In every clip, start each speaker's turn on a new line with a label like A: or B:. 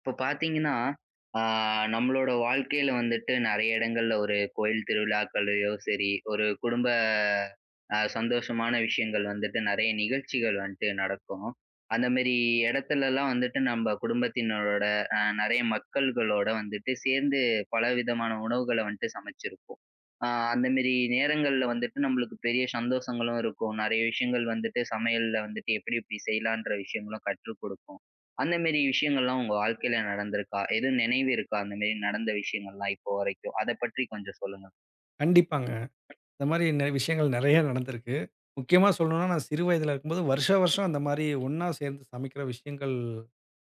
A: இப்போ பார்த்தீங்கன்னா, ஆ நம்மளோட வாழ்க்கையில வந்துட்டு நெறைய இடங்கள்ல ஒரு கோயில் திருவிழாக்கள்லயோ சரி, ஒரு குடும்ப சந்தோஷமான விஷயங்கள் வந்துட்டு நெறைய நிகழ்ச்சிகள் வந்துட்டு நடக்கும். அந்த மாரி இடத்துலலாம் வந்துட்டு நம்ம குடும்பத்தினரோட, நெறைய மக்கள்களோட வந்துட்டு சேர்ந்து பலவிதமான உணவுகள வந்துட்டு சமைச்சிருப்போம். ஆ அந்த மாரி நேரங்கள்ல வந்துட்டு நம்மளுக்கு பெரிய சந்தோஷங்களும் இருக்கும். நெறைய விஷயங்கள் வந்துட்டு சமையல்ல வந்துட்டு எப்படி எப்படி செய்யலான்ற விஷயங்களும் கற்றுக் கொடுக்கும். அந்த மேரி விஷயங்கள்லாம் உங்க வாழ்க்கையில நடந்திருக்கா? எதுவும் நினைவு இருக்கா? அந்த மேரி நடந்த விஷயங்கள்லாம் இப்போ வரைக்கும். அத பற்றி கொஞ்சம் சொல்லுங்க.
B: கண்டிப்பாங்க. இந்த மாரி விஷயங்கள் நெறைய நடந்திருக்கு. முக்கியமா சொல்லணும்னா, நான் சிறு வயதில இருக்கும்போது வருஷா வருஷம் அந்த மாரி ஒண்ணா சேர்ந்து சமைக்கிற விஷயங்கள்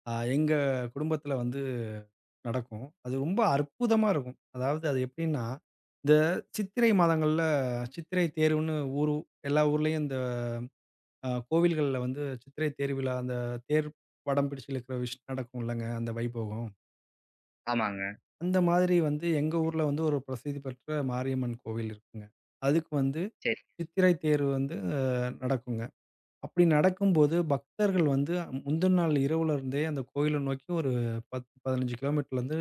B: எங்க குடும்பத்தில வந்து நடக்கும். அது ரொம்ப அற்புதமா இருக்கும். அதாவது அது எப்படின்னா, இந்த சித்திரை மாதங்கள்ல சித்திரை தேருன்னு ஊரு எல்லா ஊர்லயும் இந்த கோவில்கள்ல வந்து சித்திரை தேர் விழா, அந்த தேர் வடம் பிடிச்சு இழுக்கிற நடக்கும் இல்லங்க, அந்த வைபோகம்.
A: ஆமாங்க.
B: அந்த மாதிரி வந்து எங்க ஊர்ல வந்து ஒரு பிரசித்தி பெற்ற மாரியம்மன் கோவில் இருக்குங்க. அதுக்கு வந்து
A: சரி,
B: சித்திரை தேர் வந்து நடக்குங்க. அப்படி நடக்கும்போது பக்தர்கள் வந்து முந்தின நாள் இரவுல இருந்தே அந்த கோயில நோக்கி ஒரு 10, 15 கிலோமீட்டர்லேருந்து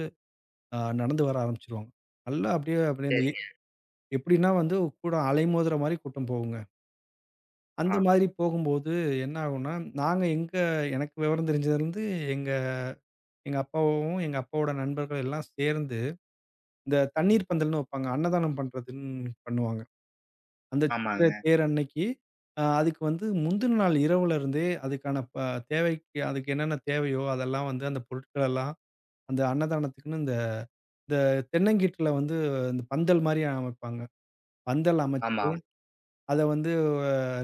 B: நடந்து வர ஆரம்பிச்சுருவாங்க. நல்லா அப்படியே அப்படியே அந்த
A: சரி.
B: எ எப்படின்னா வந்து கூட்டம் அலைமோதுற மாரி கூட்டம் போகுங்க. அந்த
A: ஆ.
B: மாதிரி போகும்போது என்ன ஆகும்னா, நாங்க எங்க எனக்கு விவரம் தெரிஞ்சதுலேருந்து எங்க எங்க அப்பாவும், எங்க அப்பாவோட நண்பர்கள் எல்லாம் சேர்ந்து இந்த தண்ணீர் பந்தல்னு வைப்பாங்க. அன்னதானம் பண்றதுன்னு பண்ணுவாங்க. அந்த சித்திரை
A: ஆமாங்க.
B: தேர் அன்னைக்கு, அதுக்கு வந்து முந்தின நாள் இரவுல இருந்தே அதுக்கான தேவைக்கு அதுக்கு என்னென்ன தேவையோ அதெல்லாம் வந்து அந்த பொருட்கள் எல்லாம் அந்த அன்னதானத்துக்குன்னு இந்த இந்த தென்னங்கீட்டுல வந்து இந்த பந்தல் மாரி அமைப்பாங்க. பந்தல்
A: ஆமா.
B: அமைச்சு, அத வந்து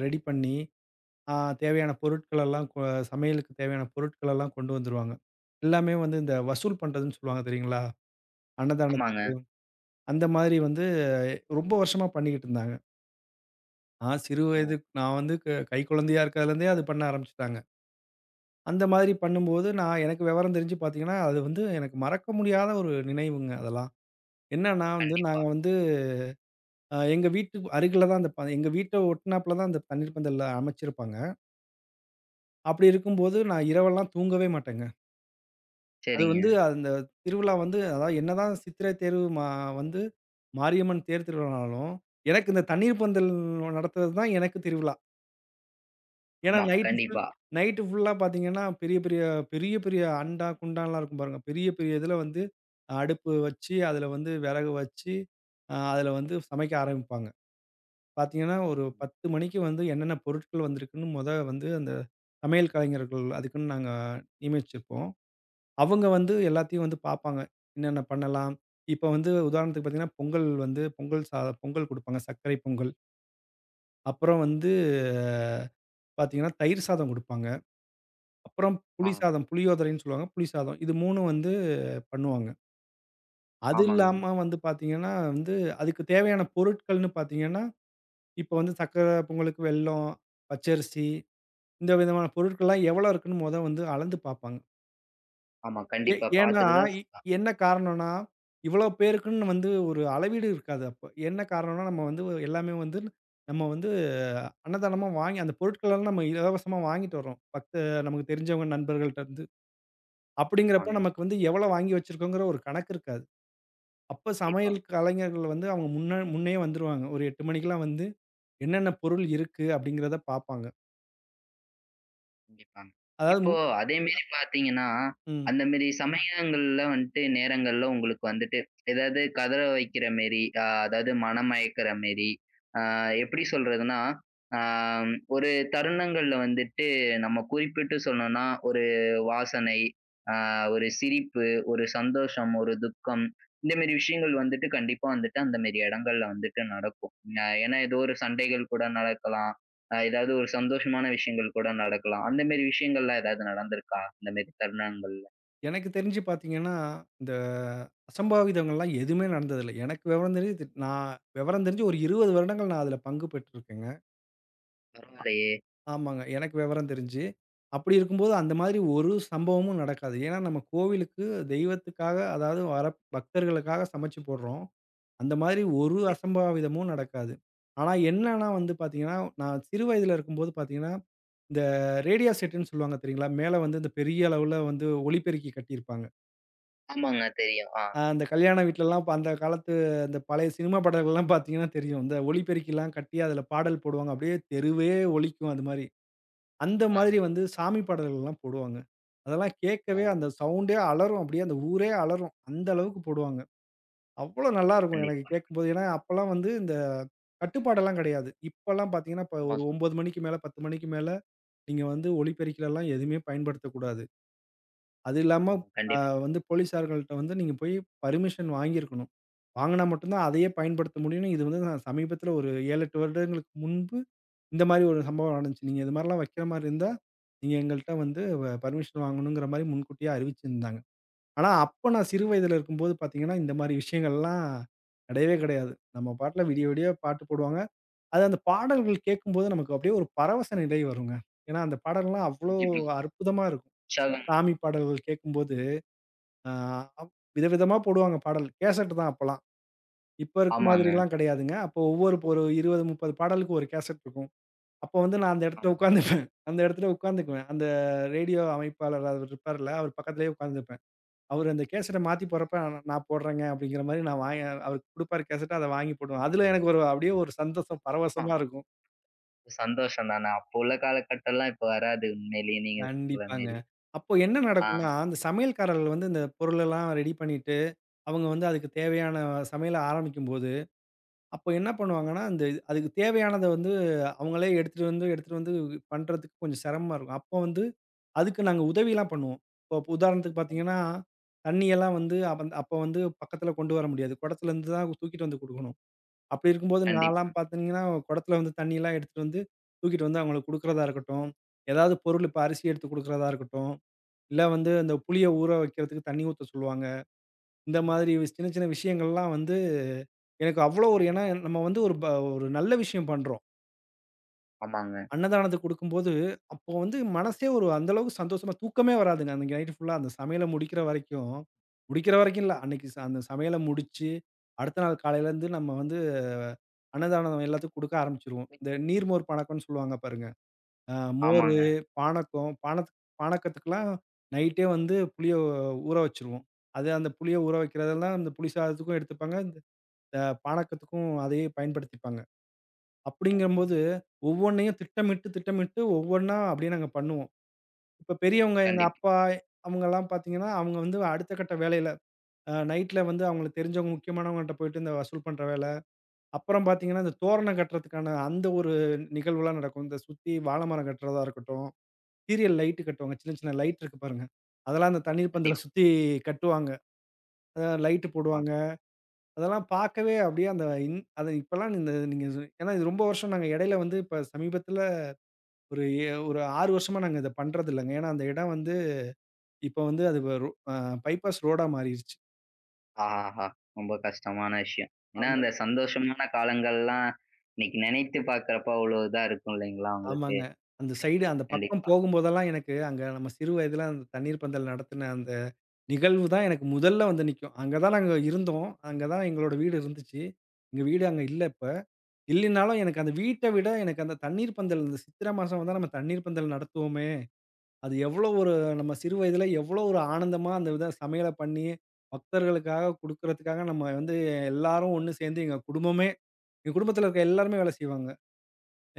B: ரெடி பண்ணி, அ தேவையான பொருட்கள் எல்லாம் சமையலுக்கு தேவையான பொருட்கள் எல்லாம் கொண்டு வந்துருவாங்க. எல்லாமே வந்து இந்த வசூல் பண்றதுன்னு சொல்லுவாங்க தெரியுங்களா? அன்னதானத்துக்கு.
A: ஆமாங்க.
B: அந்த மாதிரி வந்து ரொம்ப வருஷமா பண்ணிக்கிட்டு இருந்தாங்க. நான் சிறு வயது
A: ம்.
B: நான் வந்து கைக்குழந்தையா இருக்கிறதுலேருந்தே அது பண்ண ஆரம்பிச்சுட்டாங்க. அந்த மாதிரி பண்ணும்போது, எனக்கு விவரம் தெரிஞ்சு பார்த்தீங்கன்னா, அது வந்து எனக்கு மறக்க முடியாத ஒரு நினைவுங்க அதெல்லாம். என்னன்னா வந்து,
A: கண்டிப்பா.
B: நாங்க வந்து எங்க வீட்டுக்கு அருகில தான் அந்த எங்க வீட்ட ஒட்டுனாப்ல தான் அந்த தண்ணீர் பந்தல் அமைச்சிருப்பாங்க. அப்படி இருக்கும்போது, நான் இரவெல்லாம் தூங்கவே மாட்டேங்க. அது
A: சரிங்க.
B: வந்து அந்த திருவிழா வந்து அதாவது என்னதான் சித்திரை தேர்வு வந்து மாரியம்மன் தேர் திருவிழானாலும், எனக்கு இந்த தண்ணீர் பந்தல் நடத்துறது தான் எனக்கு திருவிழா. ஏன்னா
A: ஆமா. கண்டிப்பா.
B: நைட்டு ஃபுல்லா பார்த்தீங்கன்னா, பெரிய பெரிய பெரிய பெரிய அண்டா, குண்டான்லாம் இருக்கும் பாருங்க. பெரிய பெரிய இதில வந்து அடுப்பு வச்சு, அதில வந்து விறகு வச்சு, அதில வந்து சமைக்க ஆரம்பிப்பாங்க. பார்த்தீங்கன்னா, ஒரு 10 மணிக்கு வந்து என்னென்ன பொருட்கள் வந்திருக்குன்னு மொத வந்து அந்த சமையல் கலைஞர்கள் அதுக்குன்னு நாங்க நியமிச்சிருப்போம். அவங்க வந்து எல்லாத்தையும் வந்து பார்ப்பாங்க. என்னென்ன பண்ணலாம்? இப்ப வந்து உதாரணத்துக்கு பார்த்தீங்கன்னா, பொங்கல் வந்து பொங்கல் சாதம் பொங்கல் குடுப்பாங்க. சர்க்கரை பொங்கல். அப்புறம் வந்து அஹ், பார்த்தீங்கன்னா, தயிர் சாதம் குடுப்பாங்க. அப்புறம் புளி
A: ஆ.
B: சாதம், புளியோதரைன்னு சொல்லுவாங்க. புளி சாதம். இது 3ம் வந்து பண்ணுவாங்க. அது
A: ஆமாங்க.
B: இல்லாம வந்து பார்த்தீங்கன்னா, வந்து அதுக்கு தேவையான பொருட்கள்னு பார்த்தீங்கன்னா, இப்ப வந்து சர்க்கரை பொங்கலுக்கு வெல்லம், பச்சரிசி இந்த விதமான பொருட்கள்லாம் எவ்வளோ இருக்குன்னு மொத வந்து அளந்து பார்ப்பாங்க.
A: ஆமா.
B: ஏ
A: கண்டிப்பா.
B: ஏன்னா
A: பாத்துட்டு தான்
B: இ
A: சொன்னா.
B: என்ன காரணம்னா, இவ்வளோ பேருக்குன்னு வந்து ஒரு அளவீடு இருக்காது அப்ப. என்ன காரணம்னா, நம்ம வந்து எல்லாமே வந்து நம்ம வந்து அன்னதானமா வாங்கி அந்த பொருட்களெல்லாம் நம்ம இலவசமா வாங்கிட்டு வர்றோம். நமக்கு தெரிஞ்சவங்க நண்பர்கள்ட்டருந்து. அப்படிங்கிறப்ப
A: ஆமாங்க.
B: நமக்கு வந்து எவ்வளோ வாங்கி வச்சிருக்கோங்கிற ஒரு கணக்கு இருக்காது. அப்ப
A: கண்டிப்பா.
B: சமையல் கலைஞர்கள் வந்து அவங்க முன்ன முன்னயே வந்துருவாங்க. ஒரு 8 மணிக்கெல்லாம் வந்து என்னென்ன பொருள் இருக்கு அப்படிங்கிறத பார்ப்பாங்க.
A: கண்டிப்பாங்க.
B: அதாவது
A: இப்போ அதே மாரி பார்த்தீங்கன்னா,
B: ம்.
A: அந்த மாரி சமயங்கள்ல வந்துட்டு நேரங்கள்ல உங்களுக்கு வந்துட்டு, ஏதாவது கதற வைக்கிற மாரி, அதாவது மனமயக்கிற மாரி, அ எப்படி சொல்றதுன்னா, ஒரு தருணங்கள்ல வந்துட்டு நம்ம குறிப்பிட்டு சொல்லணும்னா, ஒரு வாசனை, அ ஒரு சிரிப்பு, ஒரு சந்தோஷம், ஒரு துக்கம், இந்த மாரி விஷயங்கள் வந்துட்டு கண்டிப்பா வந்துட்டு அந்த மாரி இடங்கள்ல வந்துட்டு நடக்கும். ஏன்னா ஏதோ ஒரு சண்டைகள் கூட நடக்கலாம். ஏதாவது ஒரு சந்தோஷமான விஷயங்கள் கூட நடக்கலாம். அந்த மாரி விஷயங்கள்லாம் ஏதாவது நடந்திருக்கா? இந்த மாரி தருணங்கள்ல?
B: எனக்கு தெரிஞ்சு பார்த்தீங்கன்னா, இந்த அசம்பாவிதங்கள்லாம் எதுவுமே நடந்ததில்ல. எனக்கு விவரம் தெரிஞ்சு நான் விவரம் தெரிஞ்சு ஒரு 20 வருடங்கள் நான் அதில பங்கு பெற்றிருக்கேங்க.
A: ஆமாங்க. பரவாயில்லையே!
B: ஆமாங்க. எனக்கு விவரம் தெரிஞ்சு. அப்படி இருக்கும்போது அந்த மாதிரி ஒரு சம்பவமும் நடக்காது. ஏன்னா நம்ம கோவிலுக்கு தெய்வத்துக்காக அதாவது வர பக்தர்களுக்காக சமைச்சு போடுறோம். அந்த மாதிரி ஒரு
A: கண்டிப்பா.
B: அசம்பாவிதமும் நடக்காது. ஆனா என்னன்னா வந்து பார்த்தீங்கன்னா, நான் சிறு வயதில இருக்கும்போது பார்த்தீங்கன்னா, இந்த ரேடியோ செட்டுன்னு சொல்லுவாங்க தெரியுங்களா? மேல வந்து இந்த பெரிய அளவுல வந்து ஒலிபெருக்கி கட்டியிருப்பாங்க.
A: ஆமாங்க தெரியும். ஆ,
B: அந்த கல்யாண வீட்லலாம் இப்ப அந்த காலத்து அந்த பழைய சினிமா பாடல்கள்லாம் பார்த்தீங்கன்னா தெரியும். இந்த ஒலிபெருக்கிலாம் கட்டி அதில பாடல் போடுவாங்க. அப்படியே தெருவே ஒலிக்கும் அது மாரி. அந்த
A: ஆமாங்க.
B: மாதிரி வந்து சாமி பாடல்கள்லாம் போடுவாங்க. அதெல்லாம்
A: ஆ,
B: கேட்கவே அந்த சவுண்டே அலறும். அப்படியே அந்த ஊரே அலறும். அந்த அளவுக்கு போடுவாங்க. அவ்வளோ
A: ஆ.
B: நல்லாருக்கும் எனக்கு
A: கண்டிப்பா.
B: கேட்கும்போது. ஏன்னா, அப்பலாம் வந்து இந்த கட்டுப்பாடெல்லாம் கிடையாது. இப்பலாம் பார்த்தீங்கன்னா, இப்ப ஒரு
A: ஆமாங்க.
B: 9 மணிக்கு மேல, 10 மணிக்கு மேல நீங்க வந்து ஒலிபெருக்கிலலாம் எதுவுமே பயன்படுத்தக்கூடாது. அது இல்லாம
A: ஆ.
B: அ
A: கண்டிப்பா.
B: வந்து போலீஸார்கள்ட்ட வந்து நீங்க போய் பர்மிஷன் வாங்கியிருக்கணும். வாங்குனா மட்டும் தான் அதையே பயன்படுத்த முடியும்னு இது வந்து நான் சமீபத்தில ஒரு 7, 8 வருடங்களுக்கு முன்பு இந்த மாரி ஒரு சம்பவம் நடந்துச்சு. நீங்க இது மாரிலாம் வைக்கிற மாரி இருந்தா, நீங்க எங்கள்ட்ட வந்து பர்மிஷன் வாங்கணுங்கிற மாரி முன்கூட்டியே அறிவிச்சிருந்தாங்க. ஆனா, அப்ப நான் சிறு வயதில இருக்கும்போது பார்த்தீங்கன்னா, இந்த மாரி விஷயங்கள்லாம் கிடையவே கிடையாது. நம்ம பாட்டுல விடிய விடிய பாட்டு போடுவாங்க. அது அந்த பாடல்கள் கேட்கும்போது நமக்கு அப்படியே ஒரு பரவச நிலை வருங்க. ஏன்னா, அந்த பாடல்லாம் அவ்வளோ
A: கண்டிப்பா.
B: அற்புதமா இருக்கும்.
A: உற்சாகம்
B: சாமி பாடல்கள் கேட்கும்போது, ஆ அப் விதவிதமா போடுவாங்க பாடல். கேசெட் தான் அப்பலாம். இப்ப இருக்க
A: ஆமாங்க.
B: மாதிரிலாம் கிடையாதுங்க. அப்போ ஒவ்வொரு ஒரு 20, 30 பாடலுக்கு ஒரு கேசெட் இருக்கும். அப்போ வந்து நான் அந்த இடத்துல
A: ஆமா.
B: உட்காந்துப்பேன். அந்த இடத்துல உட்காந்துக்குவேன். அந்த ரேடியோ அமைப்பாளர் அவர் இருப்பார்ல, அவர் பக்கத்திலேயே உட்காந்து அவரு அந்த கேசட்ட மாத்தி போடுறப்ப, நான் நான் போடுறேங்க அப்படிங்கிற மாரி நான் வாங்கி அவருக்கு குடுப்பாரு கேசட்ட, அத வாங்கி போடுவேன். அதுல எனக்கு ஒரு அப்படியே ஒரு சந்தோஷம்,
A: ஆ
B: பரவசமா இருக்கும்.
A: சந்தோஷம் தானே. அப்போ உள்ள காலகட்டம்லாம் இப்ப வராது உண்மையிலேயே நீங்க சொல்ற
B: கண்டிப்பாங்க.
A: மாரி.
B: அப்போ என்ன
A: ஆ
B: நடக்கும்னா, அந்த சமையல்காரர்கள் வந்து இந்த பொருளெல்லாம் ரெடி பண்ணிட்டு, அவங்க வந்து அதுக்கு தேவையான சமையல ஆரம்பிக்கும்போது, அப்போ என்ன பண்ணுவாங்கன்னா, அந்த அதுக்கு தேவையானத வந்து அவங்களே எடுத்துட்டு வந்து எடுத்துட்டு வந்து பண்றதுக்கு கொஞ்சம் சிரமமா இருக்கும். அப்போ வந்து அதுக்கு நாங்க உதவிலாம் பண்ணுவோம். இப்போ உதாரணத்துக்கு
A: கண்
B: பார்த்தீங்கன்னா, தண்ணியெல்லாம் வந்து அப்ப அப்ப வந்து பக்கத்துல கொண்டு வர முடியாது. குடத்துலருந்து தான் தூக்கிட்டு வந்து குடுக்கணும். அப்படி இருக்கும்போது நான்லாம்
A: கண்டிப்பா.
B: பார்த்தீங்கன்னா, குடத்துல வந்து தண்ணிலாம் எடுத்துட்டு வந்து, தூக்கிட்டு வந்து அவங்களுக்கு குடுக்குறதா இருக்கட்டும், ஏதாவது பொருள் இப்ப அரிசி எடுத்து குடுக்குறதா இருக்கட்டும், இல்ல வந்து அந்த புளிய ஊற வைக்கிறதுக்கு தண்ணி ஊத்த சொல்லுவாங்க. இந்த மாதிரி சின்ன சின்ன விஷயங்கள்லாம் வந்து எனக்கு அவ்வளோ ஒரு ஏன்னா நம்ம வந்து ஒரு ஒரு நல்ல விஷயம் பண்றோம்.
A: ஆமாங்க.
B: அன்னதானத்துக்கு குடுக்கும்போது, அப்போ வந்து மனசே ஒரு அந்த அளவுக்கு சந்தோஷமா தூக்கமே வராதுங்க. அன்னைக்கு நைட் ஃபுல்லா அந்த சமையல முடிக்கிற வரைக்கும் முடிக்கிற வரைக்கும் இல்ல. அன்னைக்கு அந்த சமையல முடிச்சு, அடுத்த நாள் காலையிலேருந்து நம்ம வந்து அஹ், அன்னதானம் எல்லாத்துக்கும் குடுக்க ஆரம்பிச்சுருவோம். இந்த நீர்மோர் பானக்கம்னு சொல்லுவாங்க பாருங்க. அ மோரு,
A: ஆமாங்க.
B: பானக்கம், பானக்கத்துக்குலாம் நைட்டே வந்து புளிய ஊற வச்சுருவோம். அது அந்த புளிய ஊற வைக்கிறதெல்லாம் அந்த புளி சாதத்துக்கும் எடுத்துப்பாங்க. இந்த பானக்கத்துக்கும் அதையே பயன்படுத்திப்பாங்க.
A: ஆ.
B: அப்படிங்கும்போது, ஒவ்வொன்னையும் திட்டமிட்டு, திட்டமிட்டு ஒவ்வொன்னா அப்படியே நாங்க பண்ணுவோம். இப்ப பெரியவங்க எங்க
A: கண்டிப்பா,
B: அப்பா அவங்கலாம் பார்த்தீங்கன்னா, அவங்க வந்து அடுத்த கட்ட வேலையில நைட்ல வந்து அவங்களுக்கு தெரிஞ்சவங்க முக்கியமானவங்கள்ட்ட போயிட்டு இந்த வசூல் பண்ற வேல. அப்புறம் பார்த்தீங்கன்னா, இந்த தோரணம் கட்டுறதுக்கான அந்த ஒரு நிகழ்வுலாம் நடக்கும். இந்த சுத்தி வாழ மரம் கட்டுறதா இருக்கட்டும், சீரியல் லைட்டு கட்டுவாங்க. சின்ன சின்ன லைட் இருக்கு பாருங்க. அதெல்லாம் அந்த தண்ணீர் பந்தல
A: கண்டிப்பா.
B: சுத்தி கட்டுவாங்க. லைட்டு போடுவாங்க.
A: ஆமாங்க.
B: அதெல்லாம் பார்க்கவே அப்படியே அந்த இன் அத இப்பலாம் இந்த நீங்க ஏன்னா இது ரொம்ப வருஷம் நாங்க இடையில வந்து இப்ப சமீபத்தில ஒரு ஒரு 6 வருஷமா நாங்க இத பண்றது இல்லங்க. ஏன்னா அந்த இடம் வந்து இப்ப வந்து அது வ ரோ அ பைபாஸ் ரோடா மாறிருச்சு.
A: ஆஹாஹா! ரொம்ப கஷ்டமான விஷயம். ஏன்னா, அந்த
B: ஆமாங்க,
A: சந்தோஷமான காலங்கள்லாம் இன்னைக்கு நினைத்து பார்க்கிறப்ப அவ்வளோ இதா இருக்கும் இல்லைங்களா உங்களுக்கு?
B: ஆமாங்க. அந்த சைடு அந்த பக்கம்
A: கண்டிப்பா.
B: போகும்போதெல்லாம் எனக்கு அங்க நம்ம சிறு வயதில அந்த தண்ணீர் பந்தல் நடத்தின அந்த நிகழ்வு தான் எனக்கு முதல்ல வந்து நிக்கும். அங்க தான் நாங்க இருந்தோம். அங்க தான் எங்களோட வீடு இருந்துச்சு. எங்க வீடு அங்க இல்ல இப்ப. இல்லைனாலும் எனக்கு அந்த வீட்ட விட எனக்கு அந்த தண்ணீர் பந்தல் இந்த சித்திரை மாசம் வந்தா நம்ம தண்ணீர் பந்தல் நடத்துவோமே! அது எவ்வளோ ஒரு நம்ம சிறு வயதில எவ்வளோ ஒரு ஆனந்தமா அந்த வித சமையல பண்ணி, பக்தர்களுக்காக குடுக்குறதுக்காக நம்ம வந்து எல்லாரும் ஒண்ணு சேர்ந்து எங்க குடும்பமே எங்க குடும்பத்தில இருக்க எல்லாருமே வேலை செய்வாங்க.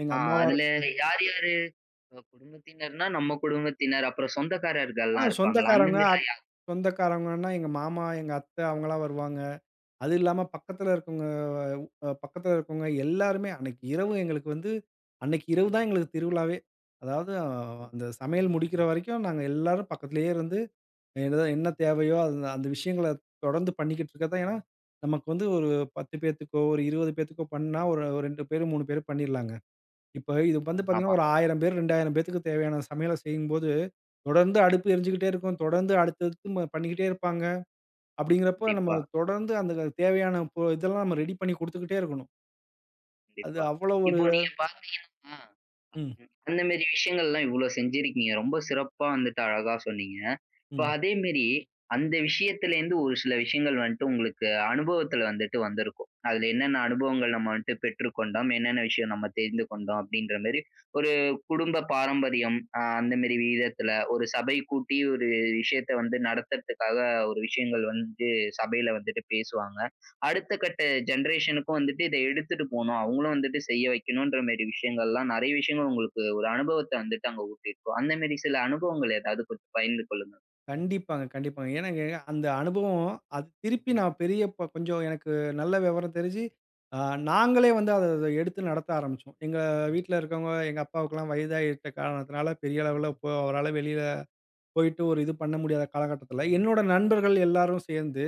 B: எங்க
A: ஆ
B: அம்மாவா
A: அதுல யார் யாரு இப்ப குடும்பத்தினர்னா, நம்ம குடும்பத்தினர், அப்புறம் சொந்தக்காரர்கள்லாம் இருப்பாங்களா? அந்த
B: சொந்தக்காரங்க,
A: மாரிலாம் யா
B: சொந்தக்காரங்கன்னா எங்க மாமா, எங்க அத்தை அவங்கலாம் வருவாங்க. அது இல்லாம பக்கத்துல இருக்கவங்க பக்கத்துல இருக்கவங்க எல்லாருமே அன்னைக்கு இரவு எங்களுக்கு வந்து அன்னைக்கு இரவு தான் எங்களுக்கு திருவிழாவே. அதாவது அந்த சமையல் முடிக்கிற வரைக்கும் நாங்க எல்லாரும் பக்கத்திலேயே இருந்து என்ன தேவையோ அந்த அந்த விஷயங்கள தொடர்ந்து பண்ணிக்கிட்டு இருக்கறது தான். ஏன்னா, நமக்கு வந்து ஒரு 10 பேத்துக்கோ, ஒரு 20 பேத்துக்கோ பண்ணா ஒரு 2 பேரு, 3 பேரு பண்ணிர்லாங்க. இப்ப இது வந்து
A: ஆமா.
B: பார்த்தீங்கன்னா, ஒரு 1000 பேர், 2000 பேத்துக்கு தேவையான சமையல செய்யும்போது, தொடர்ந்து அடுப்பு எரிஞ்சுகிட்டே இருக்கும். தொடர்ந்து அடுத்தடுத்து பண்ணிக்கிட்டே இருப்பாங்க. அப்படிங்கிறப்ப
A: கண்டிப்பா.
B: நம்ம தொடர்ந்து அந்த தேவையான இதெல்லாம் நம்ம ரெடி பண்ணி குடுத்துக்கிட்டே இருக்கணும். அது
A: கண்டிப்பா.
B: அவ்வளோ ஒரு
A: இப்போ நீங்க பார்த்தீங்கன்னா,
B: ம்,
A: அந்த மாரி விஷயங்கள்லாம் இவ்ளோ செஞ்சிருக்கீங்க. ரொம்ப சிறப்பா வந்துட்டு அழகா சொன்னீங்க. இப்போ
B: ம்.
A: அதே மாரி அந்த விஷயத்துலேருந்து ஒரு சில விஷயங்கள் வந்துட்டு உங்களுக்கு அனுபவத்துல வந்துட்டு வந்திருக்கும். அதுல என்னென்ன அனுபவங்கள் நம்ம வந்துட்டு பெற்றுக்கொண்டோம், என்னென்ன விஷயம் நம்ம தெரிந்து கொண்டோம் அப்படின்ற மாரி ஒரு குடும்ப பாரம்பரியம் அந்த மாரி விதத்துல ஒரு சபை கூட்டி ஒரு விஷயத்த வந்து நடத்துறதுக்காக ஒரு விஷயங்கள் வந்து சபையில வந்துட்டு பேசுவாங்க. அடுத்த கட்ட ஜெனரேஷனுக்கும் வந்துட்டு இத எடுத்துட்டு போணும். அவங்களும் வந்துட்டு செய்ய வைக்கணுன்ற மாரி விஷயங்கள்லாம் நெறைய விஷயங்கள் உங்களுக்கு ஒரு அனுபவத்த வந்துட்டு அங்க ஊட்டியிருக்கும். அந்த மாரி சில அனுபவங்கள் ஏதாவது கொஞ்சம் பகிர்ந்து கொள்ளுங்க.
B: கண்டிப்பாங்க, கண்டிப்பாங்க. ஏன்னா எனக்கு அந்த அனுபவம் அது திருப்பி நான் பெரிய இப்ப கொஞ்சம் எனக்கு நல்ல விவரம் தெரிஞ்சு, அ நாங்களே வந்து அத அத எடுத்து நடத்த ஆரம்பிச்சோம். எங்க வீட்ல இருக்கவங்க எங்க அப்பாவுக்கெல்லாம் வயதாகிட்ட காரணத்தினால பெரிய அளவுல இப்போ அவரால வெளியில போயிட்டு ஒரு இது பண்ண முடியாத காலகட்டத்தில, என்னோட நண்பர்கள் எல்லாரும் சேர்ந்து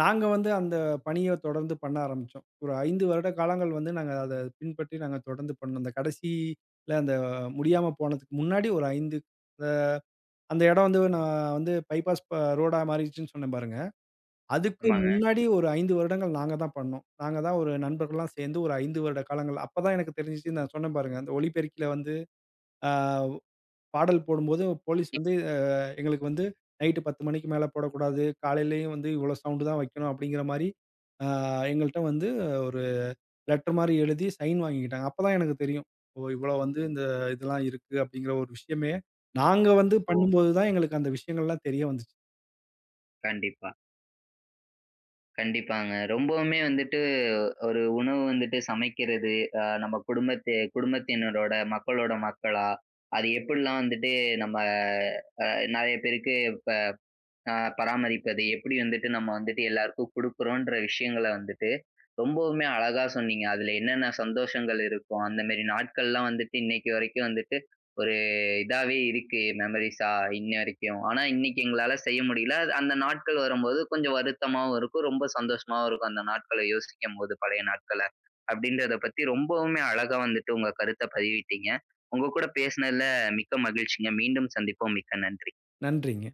B: நாங்க வந்து அந்த பணிய தொடர்ந்து பண்ண ஆரம்பிச்சோம். ஒரு 5 வருட காலங்கள் வந்து நாங்க அத பின்பற்றி நாங்க தொடர்ந்து பண்ணோம். அந்த கடைசியில அந்த முடியாம போனதுக்கு முன்னாடி ஒரு 5 அ அந்த இடம் வந்து நான் வந்து பைபாஸ் ரோடா மாறிடுச்சுன்னு சொன்னேன் பாருங்க. அதுக்கு
A: ஆமாங்க.
B: முன்னாடி ஒரு 5 வருடங்கள் நாங்க தான் பண்ணோம். நாங்க தான் ஒரு நண்பர்கள்லாம் சேர்ந்து ஒரு 5 வருட காலங்கள் அப்பதான் எனக்கு தெரிஞ்சுச்சு நான் சொன்னேன் பாருங்க. அந்த ஒலிபெருக்கில வந்து அ பாடல் போடும்போது போலீஸ் வந்து எங்களுக்கு வந்து நைட்டு 10 மணிக்கு மேல போடக்கூடாது. காலையிலயும் வந்து இவ்வளோ சவுண்ட் தான் வைக்கணும் அப்படிங்கிற மாரி, ஆ எங்கள்ட்ட வந்து ஒரு லெட்டர் மாரி எழுதி சைன் வாங்கிக்கிட்டாங்க. அப்பதான் எனக்கு தெரியும். ஓ! இவ்வளோ வந்து இதெல்லாம் இருக்கு அப்படிங்கிற ஒரு விஷயமே, நாங்க வந்து
A: இப்போ
B: பண்ணும்போது தான் எங்களுக்கு அந்த விஷயங்கள்லாம் தெரிய வந்துச்சு.
A: கண்டிப்பா, கண்டிப்பாங்க. ரொம்பவுமே வந்துட்டு ஒரு உணவு வந்துட்டு சமைக்கிறது, நம்ம குடும்பத்து குடும்பத்தினரோட, மக்களோட மக்களா, அது எப்படிலாம் வந்துட்டு நம்ம அ நெறைய பேருக்கு இப்ப ஆ பராமரிப்பது, எப்படி வந்துட்டு நம்ம வந்துட்டு எல்லாருக்கும் குடுக்குறோன்ற விஷயங்கள வந்துட்டு, ரொம்பவுமே அழகா சொன்னீங்க. அதுல என்னென்ன சந்தோஷங்கள் இருக்கும், அந்த மாரி நாட்கள்லாம் வந்துட்டு இன்னைக்கு வரைக்கும் வந்துட்டு ஒரு இதாவே இருக்கு மெமரீஸா இன்ன வரைக்கும். ஆனா இன்னைக்கு எங்களால செய்ய முடியல. அது- அந்த நாட்கள் வரும்போது கொஞ்சம் வருத்தமாவும் இருக்கும், ரொம்ப சந்தோஷமாவும் இருக்கும் அந்த நாட்கள யோசிக்கும்போது பழைய நாட்கள. அப்படின்றத பத்தி ரொம்பவுமே அழகா வந்துட்டு உங்க கருத்த பதிவிட்டீங்க. உங்க கூட பேசுனதுல மிக்க மகிழ்ச்சிங்க. மீண்டும் சந்திப்போம். மிக்க நன்றி.
B: நன்றிங்க.